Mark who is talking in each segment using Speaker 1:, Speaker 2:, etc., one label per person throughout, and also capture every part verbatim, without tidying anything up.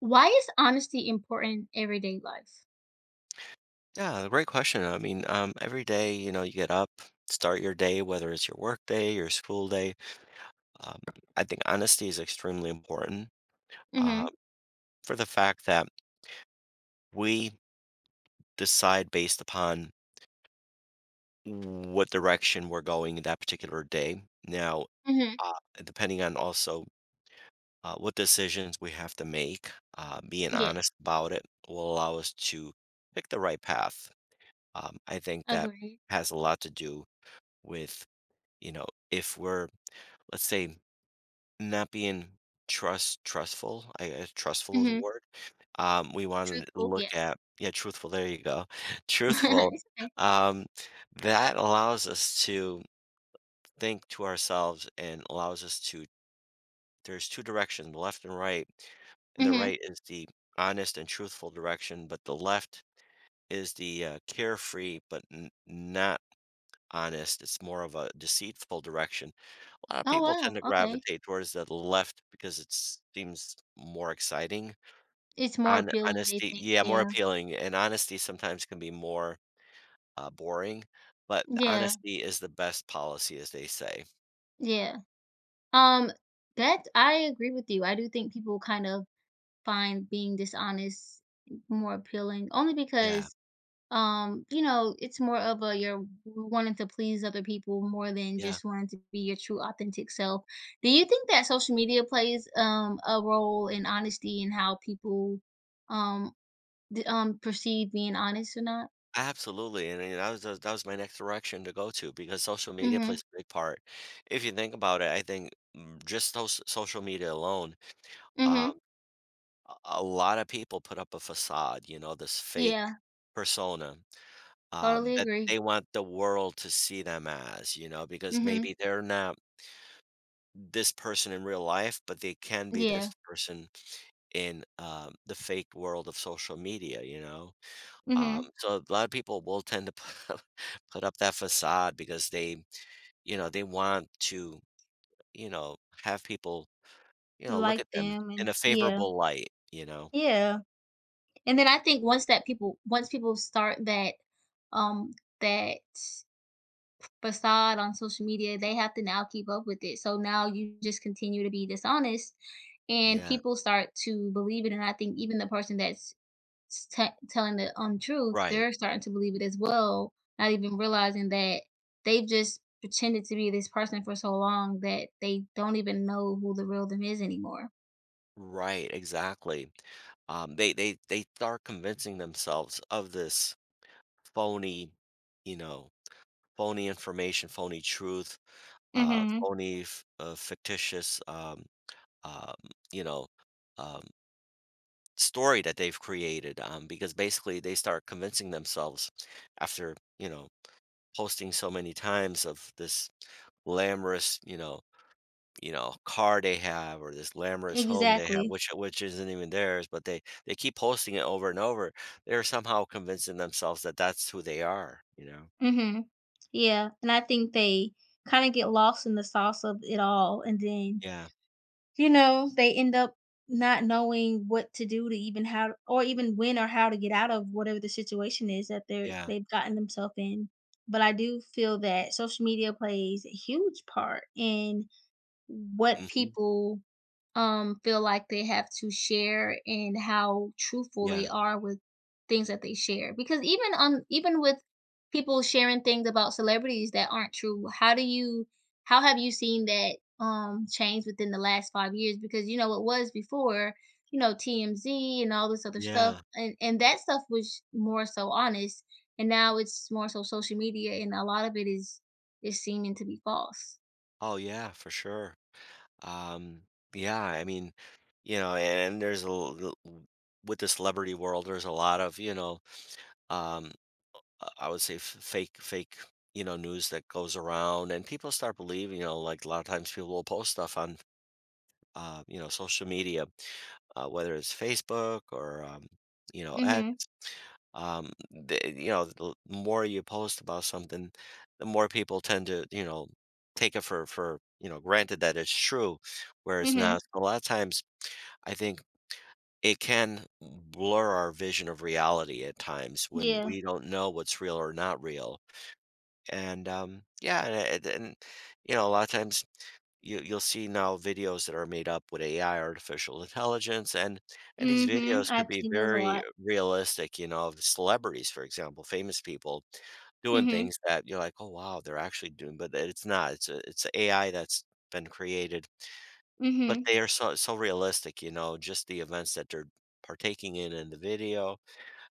Speaker 1: Why is honesty important in everyday life?
Speaker 2: Yeah, great question. I mean, um, every day, you know, you get up, start your day, whether it's your work day, your school day. Um, I think honesty is extremely important uh,
Speaker 1: Mhm,
Speaker 2: for the fact that we decide based upon what direction we're going in that particular day. Now,
Speaker 1: mhm,
Speaker 2: uh, depending on also, uh, what decisions we have to make, uh, being
Speaker 1: yeah,
Speaker 2: honest about it will allow us to pick the right path. Um, I think that
Speaker 1: agreed.
Speaker 2: has a lot to do with, you know, if we're, let's say, not being trust trustful. I guess trustful is a
Speaker 1: Mhm,
Speaker 2: word. Um, we want to
Speaker 1: truthful, yeah.
Speaker 2: look at, yeah, truthful. There you go, truthful.
Speaker 1: It's okay.
Speaker 2: Um, that allows us to think to ourselves and allows us to. There's two directions, the left and right, and the
Speaker 1: Mhm.
Speaker 2: right is the honest and truthful direction, but the left is the uh, carefree but n- not honest. It's more of a deceitful direction. Uh,
Speaker 1: Oh,
Speaker 2: people tend to
Speaker 1: wow, okay.
Speaker 2: gravitate towards the left because it seems more exciting.
Speaker 1: It's more
Speaker 2: Hon
Speaker 1: appealing, they
Speaker 2: honesty,
Speaker 1: think,
Speaker 2: yeah, more
Speaker 1: yeah.
Speaker 2: appealing, and honesty sometimes can be more, uh, boring, but
Speaker 1: Yeah,
Speaker 2: honesty is the best policy, as they say.
Speaker 1: yeah. Um, that I agree with you. I do think people kind of find being dishonest more appealing only
Speaker 2: Yeah,
Speaker 1: because um you know it's more of a you're wanting to please other people more than
Speaker 2: yeah,
Speaker 1: just wanting to be your true authentic self. Do you think that social media plays um a role in honesty and how people um d- um perceive being honest or not?
Speaker 2: absolutely, and, you, that was that was my next direction to go to because social media
Speaker 1: Mhm,
Speaker 2: plays a big part. If you think about it, I think, mm, just soc social media alone,
Speaker 1: mhm,
Speaker 2: um, a a lot of people put up a facade, you know, this fake
Speaker 1: yeah,
Speaker 2: persona. Um,
Speaker 1: totally
Speaker 2: that
Speaker 1: agree.
Speaker 2: they want the world to see them as, you know, because
Speaker 1: Mhm,
Speaker 2: maybe they're not this person in real life, but they can be this
Speaker 1: yeah,
Speaker 2: person in, um, the fake world of social media, you know? Um,
Speaker 1: mhm.
Speaker 2: so a lot of people will tend to put up put up that facade because they, you know, they want to, you know, have people, you
Speaker 1: You
Speaker 2: know, look
Speaker 1: like
Speaker 2: at them
Speaker 1: them,
Speaker 2: in
Speaker 1: and
Speaker 2: a
Speaker 1: yeah,
Speaker 2: favorable light, you know?
Speaker 1: yeah. And then I think once that people once people start that um that facade on social media, they have to now keep up with it. So now you just continue to be dishonest, and
Speaker 2: Yeah.
Speaker 1: people start to believe it. And I think even the person that's s- te- telling the untruth,
Speaker 2: Right.
Speaker 1: they're starting to believe it as well, not even realizing that they've just pretended to be this person for so long that they don't even know who the real them is anymore.
Speaker 2: Right, exactly. Um, they they they start convincing themselves of this phony, you know, phony information, phony truth, uh,
Speaker 1: Mhm.
Speaker 2: phony, f- uh, fictitious, um, um, you know, um, story that they've created. Um, because basically they start convincing themselves after, you know, posting so many times of this glamorous, you know, you know, car they have or this glamorous home they have,
Speaker 1: Exactly.
Speaker 2: which which isn't even theirs, but they they keep posting it over and over. They're somehow convincing themselves that that's who they are. You know.
Speaker 1: Mhm. Yeah, and I think they kind of get lost in the sauce of it all, and then
Speaker 2: Yeah.
Speaker 1: you know, they end up not knowing what to do, to even how or even when or how to get out of whatever the situation is that they're
Speaker 2: Yeah.
Speaker 1: they've gotten themselves in. But I do feel that social media plays a huge part in what
Speaker 2: Mhm.
Speaker 1: people, um, feel like they have to share, and how truthful they
Speaker 2: Yeah.
Speaker 1: are with things that they share. Because even on even with people sharing things about celebrities that aren't true, how do you how have you seen that, um, change within the last five years? Because, you know, it was before, you know, T M Z and all this other stuff,
Speaker 2: Yeah.
Speaker 1: and and that stuff was more so honest, and now it's more so social media, and a lot of it is is seeming to be false.
Speaker 2: Oh, yeah, for sure. Um, yeah, I mean, you know, and there's a l- l- w- with the celebrity world, there's a lot of, you know, um, uh, I would say f- fake, fake, you know, news that goes around and people start believing, you know, like a lot of times people will post stuff on, uh, you know, social media, uh, whether it's Facebook or, um, you know, X.
Speaker 1: Mhm.
Speaker 2: Um the, you know, the more you post about something, the more people tend to, you know, take it for, for you know, granted that it's true, whereas, not
Speaker 1: Mhm.
Speaker 2: a lot of times, I think it can blur our vision of reality at times when
Speaker 1: Yeah.
Speaker 2: we don't know what's real or not real. And um yeah and, it- and you know, a lot of times you you'll see now videos that are made up with A I, artificial intelligence, and and these
Speaker 1: Mhm.
Speaker 2: videos could
Speaker 1: I've
Speaker 2: be
Speaker 1: seen those a
Speaker 2: very
Speaker 1: lot.
Speaker 2: realistic, you know, of celebrities, for example, famous people doing
Speaker 1: Mhm.
Speaker 2: things that you're like, "Oh, wow, they're actually doing," but it's not. It's a it's a AI that's been created, but
Speaker 1: Mhm.
Speaker 2: they are so so realistic, you know, just the events that they're partaking in in the video.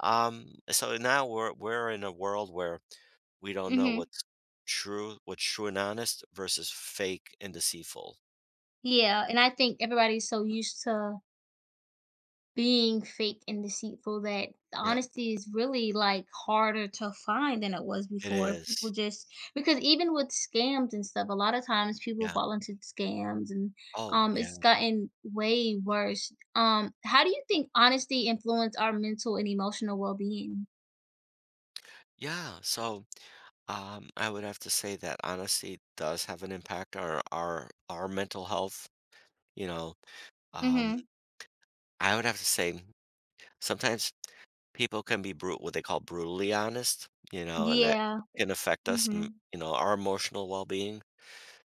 Speaker 2: Um, so now we're we're in a world where we don't know
Speaker 1: Mhm.
Speaker 2: what's true, what's true and honest versus fake and deceitful.
Speaker 1: Yeah, and I think everybody's so used to being fake and deceitful that
Speaker 2: Yeah.
Speaker 1: honesty is really, like, harder to find than it was
Speaker 2: It
Speaker 1: before. People
Speaker 2: is.
Speaker 1: just because even with scams and stuff, a lot of times people
Speaker 2: Yeah.
Speaker 1: fall into scams, and
Speaker 2: Oh,
Speaker 1: um,
Speaker 2: yeah.
Speaker 1: it's gotten way worse. Um, how do you think honesty influence our mental and emotional well-being?
Speaker 2: Yeah, so, um, I would have to say that honesty does have an impact on our our mental health, you know? Um,
Speaker 1: Mhm.
Speaker 2: I would have to say sometimes people can be brutal, what they call brutally honest, you know, and that
Speaker 1: Yeah.
Speaker 2: can affect us, m
Speaker 1: Mhm.
Speaker 2: you know, our emotional well-being.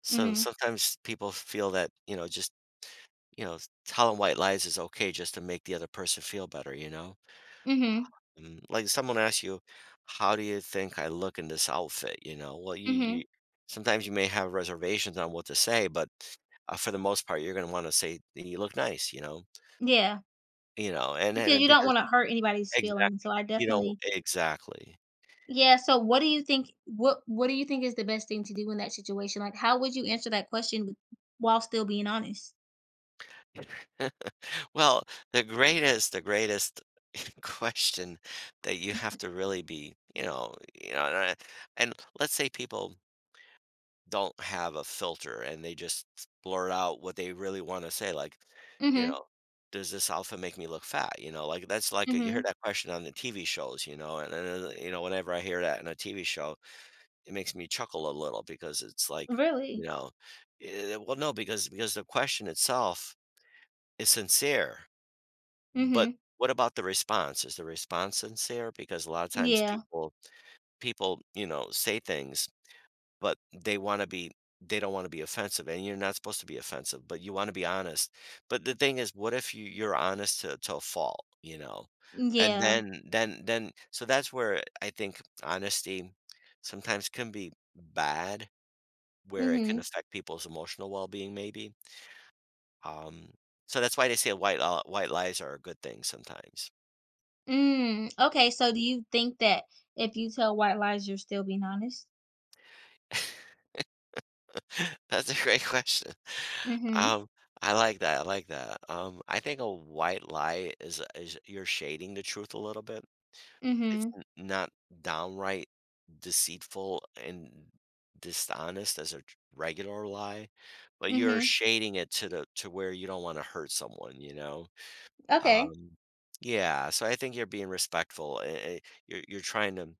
Speaker 2: So
Speaker 1: Mhm.
Speaker 2: sometimes people feel that, you know, just, you know, telling white lies is okay just to make the other person feel better, you know?
Speaker 1: Mhm.
Speaker 2: Mm, like someone asks you, "How do you think I look in this outfit?" You know, well, you, you
Speaker 1: Mhm.
Speaker 2: sometimes you may have reservations on what to say, but, uh, for the most part, you're going to want to say you look nice. You know,
Speaker 1: Yeah.
Speaker 2: you know, and
Speaker 1: Because
Speaker 2: and
Speaker 1: you don't
Speaker 2: because
Speaker 1: wanna hurt anybody's
Speaker 2: exactly,
Speaker 1: feelings, so I
Speaker 2: you know,
Speaker 1: definitely.
Speaker 2: exactly.
Speaker 1: Yeah, so what do you think what what do you think is the best thing to do in that situation? Like, how would you answer that question with while still being honest?
Speaker 2: Well, the greatest, the greatest question that you have to really be, you know, you know, and, I- and let's say people don't have a filter and they just blurt out what they really want to say. Like, you know,
Speaker 1: Mhm,
Speaker 2: does this outfit make me look fat? You know, like that's like you hear
Speaker 1: mhm.
Speaker 2: that question on the T V shows, you know, and, and uh, you know, whenever I hear that in a T V show, it makes me chuckle a little because it's like, you
Speaker 1: Really?
Speaker 2: know, eh, well, no, because because the question itself is sincere, but
Speaker 1: Mhm.
Speaker 2: what about the response? Is the response sincere? Because a lot of times
Speaker 1: Yeah.
Speaker 2: people people, you know, say things but they wanna be, they don't wanna be offensive, and you're not supposed to be offensive, but you wanna be honest. But the thing is, what if you you're honest to to a fault, you know? And
Speaker 1: Yeah.
Speaker 2: then then then so that's where I think honesty sometimes can be bad, where it can
Speaker 1: Mhm.
Speaker 2: affect people's emotional well-being maybe. Um, so that's why they say white, uh, white lies are a good thing sometimes.
Speaker 1: Mm, okay, so do you think that if you tell white lies, you're still being honest?
Speaker 2: That's a great question.
Speaker 1: Mhm,
Speaker 2: Um, I like that. I like that. Um, I think a white lie is is you're shading the truth a little bit. It's
Speaker 1: mhm,
Speaker 2: n- not downright deceitful and dishonest as a tr- regular lie, but you're
Speaker 1: mhm.
Speaker 2: shading it to the, to where you don't want to hurt someone, you know? Um,
Speaker 1: Okay.
Speaker 2: yeah, so I think you're being respectful. eh, eh, You're you're trying to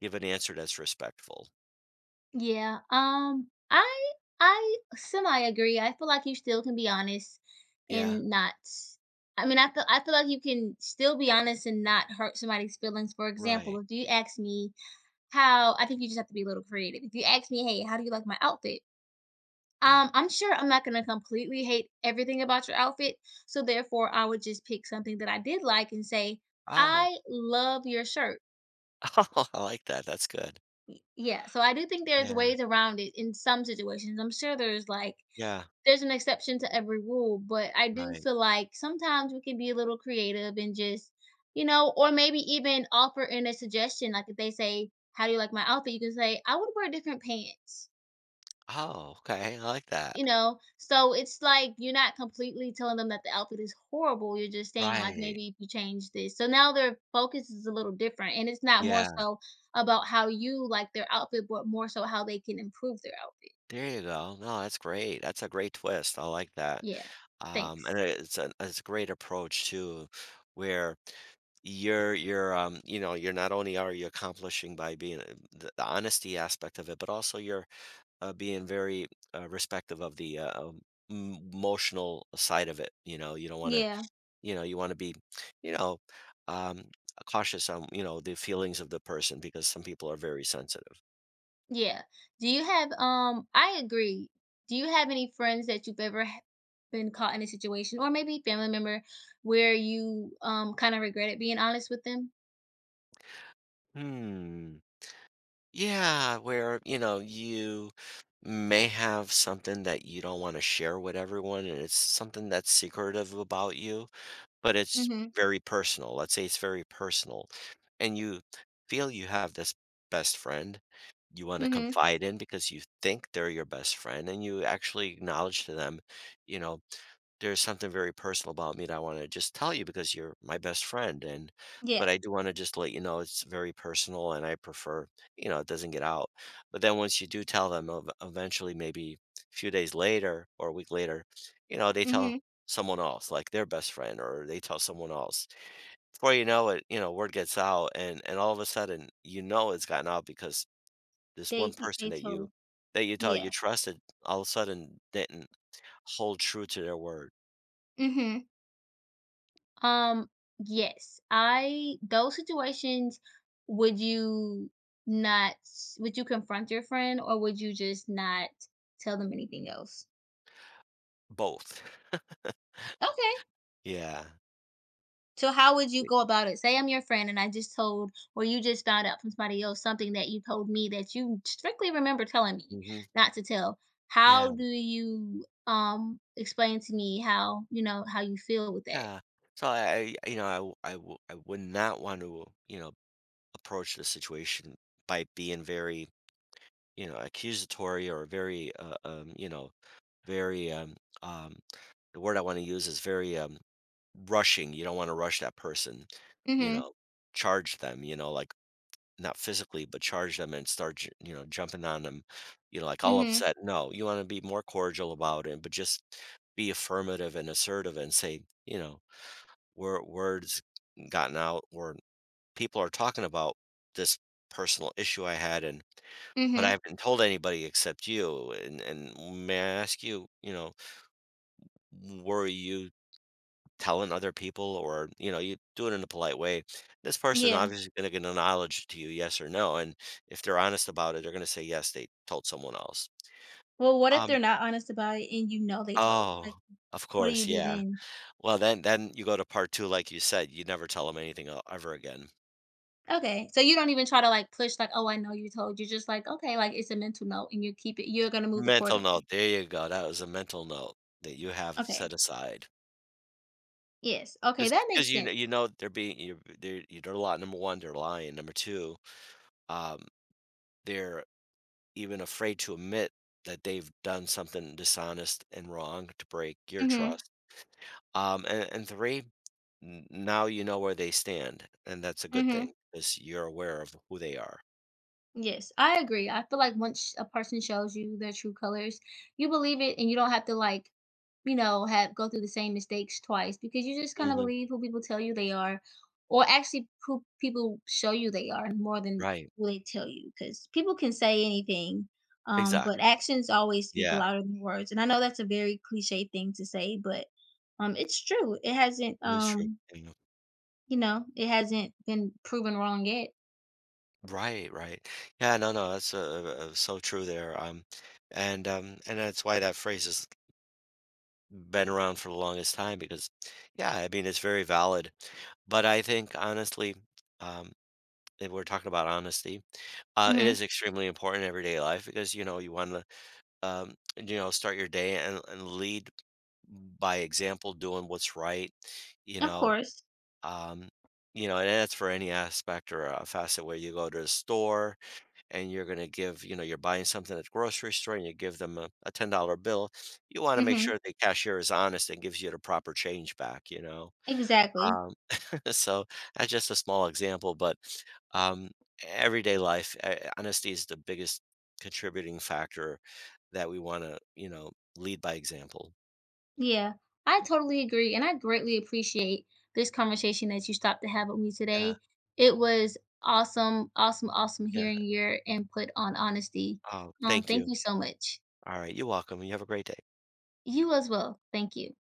Speaker 2: give an answer that's respectful.
Speaker 1: Yeah, um, I I semi agree. I feel like you still can be honest
Speaker 2: Yeah,
Speaker 1: and not. I mean, I feel I feel like you can still be honest and not hurt somebody's feelings. For example,
Speaker 2: right.
Speaker 1: if you ask me how I think you just have to be a little creative. If you ask me, "Hey, how do you like my outfit?"
Speaker 2: Yeah.
Speaker 1: Um, I'm sure I'm not going to completely hate everything about your outfit, so therefore I would just pick something that I did like and say,
Speaker 2: Oh,
Speaker 1: "I love your shirt."
Speaker 2: Oh, I like that, that's good.
Speaker 1: Yeah, so I do think there's
Speaker 2: Yeah,
Speaker 1: ways around it in some situations. I'm sure there's like
Speaker 2: yeah,
Speaker 1: there's an exception to every rule, but I do
Speaker 2: right.
Speaker 1: feel like sometimes we can be a little creative and just, you know, or maybe even offer in a suggestion. Like if they say, how do you like my outfit? You can say, I would wear different pants,
Speaker 2: Oh, okay, I like that.
Speaker 1: you know? So it's like you're not completely telling them that the outfit is horrible. You're just saying, like,
Speaker 2: Right,
Speaker 1: maybe if you change this. So now their focus is a little different. And it's not more
Speaker 2: yeah.
Speaker 1: so about how you like their outfit, but more so how they can improve their outfit.
Speaker 2: There you go. No, that's great, that's a great twist, I like that.
Speaker 1: Yeah.
Speaker 2: Um, and
Speaker 1: Thanks.
Speaker 2: it- it's a, it's a great approach too, where you're you're, um, you know, you're not only are you accomplishing by being, uh, the the honesty aspect of it, but also you're, uh, being very, uh, respective of the, uh, um, m emotional side of it, you know, you don't wanna,
Speaker 1: Yeah.
Speaker 2: you know, you want to be, you know, um, cautious on, you know, the feelings of the person because some people are very sensitive.
Speaker 1: Yeah. Do you have um I agree. Do you have any friends that you've ever h- been caught in a situation, or maybe family member, where you um kind of regretted being honest with them?
Speaker 2: Hmm. Yeah, where, you know, you may have something that you don't want to share with everyone and it's something that's secretive about you, but it's
Speaker 1: Mhm.
Speaker 2: very personal, let's say it's very personal, and you feel you have this best friend you want to
Speaker 1: Mhm.
Speaker 2: confide in because you think they're your best friend and you actually acknowledge to them, you know, there's something very personal about me that I wanna just tell you because you're my best friend, and but
Speaker 1: Yeah.
Speaker 2: I do wanna just let you know it's very personal and I prefer, you know, it doesn't get out. But then once you do tell them, ev eventually, maybe a few days later or a week later, you know, they tell
Speaker 1: Mhm.
Speaker 2: someone else, like their best friend, or they tell someone else. Before you know it, you know, word gets out and and all of a sudden, you know, it's gotten out because this one
Speaker 1: They
Speaker 2: person
Speaker 1: they
Speaker 2: that you
Speaker 1: told.
Speaker 2: that you thought you
Speaker 1: Yeah.
Speaker 2: trusted, all of a sudden didn't hold true to their word.
Speaker 1: Mhm. Um yes. I those situations, would you not would you confront your friend, or would you just not tell them anything else?
Speaker 2: Both.
Speaker 1: Okay.
Speaker 2: Yeah.
Speaker 1: So how would you go about it? Say I'm your friend, and I just told or you just found out from somebody else something that you told me that you strictly remember telling me
Speaker 2: Mhm.
Speaker 1: not to tell.
Speaker 2: Yeah,
Speaker 1: How do you um explain to me how, you know, how you feel with that?
Speaker 2: yeah. So I I you know, I w I w I would not want to, you know, approach the situation by being very, you know, accusatory or very, uh, um, you know, very, um, um, the word I wanna use is very, um, rushing. You don't wanna rush that person, you
Speaker 1: Mhm.
Speaker 2: know, charge them, you know, like, not physically, but charge them and start, j you know, jumping on them, you know, like all
Speaker 1: Mhm.
Speaker 2: upset. No, you wanna be more cordial about it, but just be affirmative and assertive and say, you know, "Wor words gotten out or people are talking about this personal issue I had, and but I
Speaker 1: Mhm.
Speaker 2: haven't told anybody except you, and and may I ask you, you know, were you telling other people?" Or, you know, you do it in a polite way. This person
Speaker 1: Yeah.
Speaker 2: obviously going to get an knowledge to you yes or no, and if they're honest about it they're going to say yes they told someone else.
Speaker 1: Well, what if
Speaker 2: um
Speaker 1: they're not honest about it and you know they told?
Speaker 2: oh,
Speaker 1: Like,
Speaker 2: of
Speaker 1: what do
Speaker 2: course,
Speaker 1: you do
Speaker 2: yeah,
Speaker 1: then?
Speaker 2: well then then you go to part two, like you said, you never tell them anything el- ever again.
Speaker 1: Okay. So you don't even try to like push like, "Oh, I know you told." You're just like, "Okay, like it's a mental note and you keep it you're going to move
Speaker 2: Mental
Speaker 1: accordingly."
Speaker 2: note, there you go, that was a mental note that you have
Speaker 1: Okay.
Speaker 2: set aside.
Speaker 1: Yes. Okay,
Speaker 2: Just
Speaker 1: that
Speaker 2: because
Speaker 1: makes
Speaker 2: you know,
Speaker 1: sense.
Speaker 2: you know they're being you're they're, you- they're lying, number one. They're lying, number two, um they're even afraid to admit that they've done something dishonest and wrong to break your
Speaker 1: Mhm.
Speaker 2: trust. Um, and, and three, n- now you know where they stand, and that's a good
Speaker 1: Mhm.
Speaker 2: thing because you're aware of who they are.
Speaker 1: Yes, I agree. I feel like once a person shows you their true colors, you believe it, and you don't have to like, you know, have go through the same mistakes twice, because you just kind of
Speaker 2: Hmm.
Speaker 1: believe who people tell you they are, or actually who people show you they are more than
Speaker 2: Right.
Speaker 1: who they tell you, because people can say anything. Um,
Speaker 2: Exactly.
Speaker 1: but actions always speak
Speaker 2: Yeah,
Speaker 1: louder than words. And I know that's a very cliche thing to say, but um it's true. It hasn't
Speaker 2: it is true.
Speaker 1: um,
Speaker 2: Yeah.
Speaker 1: you know, it hasn't been proven wrong yet.
Speaker 2: Right, right. Yeah, no, no, that's uh, uh, so true there. Um, and um, and that's why that phrase has been around for the longest time because, yeah, I mean, it's very valid. But I think, honestly, um, if we're talking about honesty, Uh, it
Speaker 1: Mhm.
Speaker 2: is extremely important in everyday life because, you know, you wanna, um, you know, start your day and and lead by example, doing what's right, you
Speaker 1: Of
Speaker 2: know,
Speaker 1: course.
Speaker 2: um, you know, and that's for any aspect or a facet, where you go to the store and you're gonna give, you know, you're buying something at the grocery store and you give them a a ten dollar bill, you wanna make
Speaker 1: Mhm.
Speaker 2: sure the cashier is honest and gives you the proper change back, you know?
Speaker 1: Exactly.
Speaker 2: Um, so that's just a small example, but, um, everyday life, uh, honesty is the biggest contributing factor that we want to, you know, lead by example.
Speaker 1: Yeah, I totally agree, and I greatly appreciate this conversation that you stopped to have with me
Speaker 2: Yeah,
Speaker 1: today. It was awesome, awesome, awesome
Speaker 2: yeah.
Speaker 1: hearing your input on honesty.
Speaker 2: Oh,
Speaker 1: Um,
Speaker 2: thank
Speaker 1: thank
Speaker 2: you.
Speaker 1: you so much.
Speaker 2: All right, you're welcome. You have a great day.
Speaker 1: You as well. Thank you.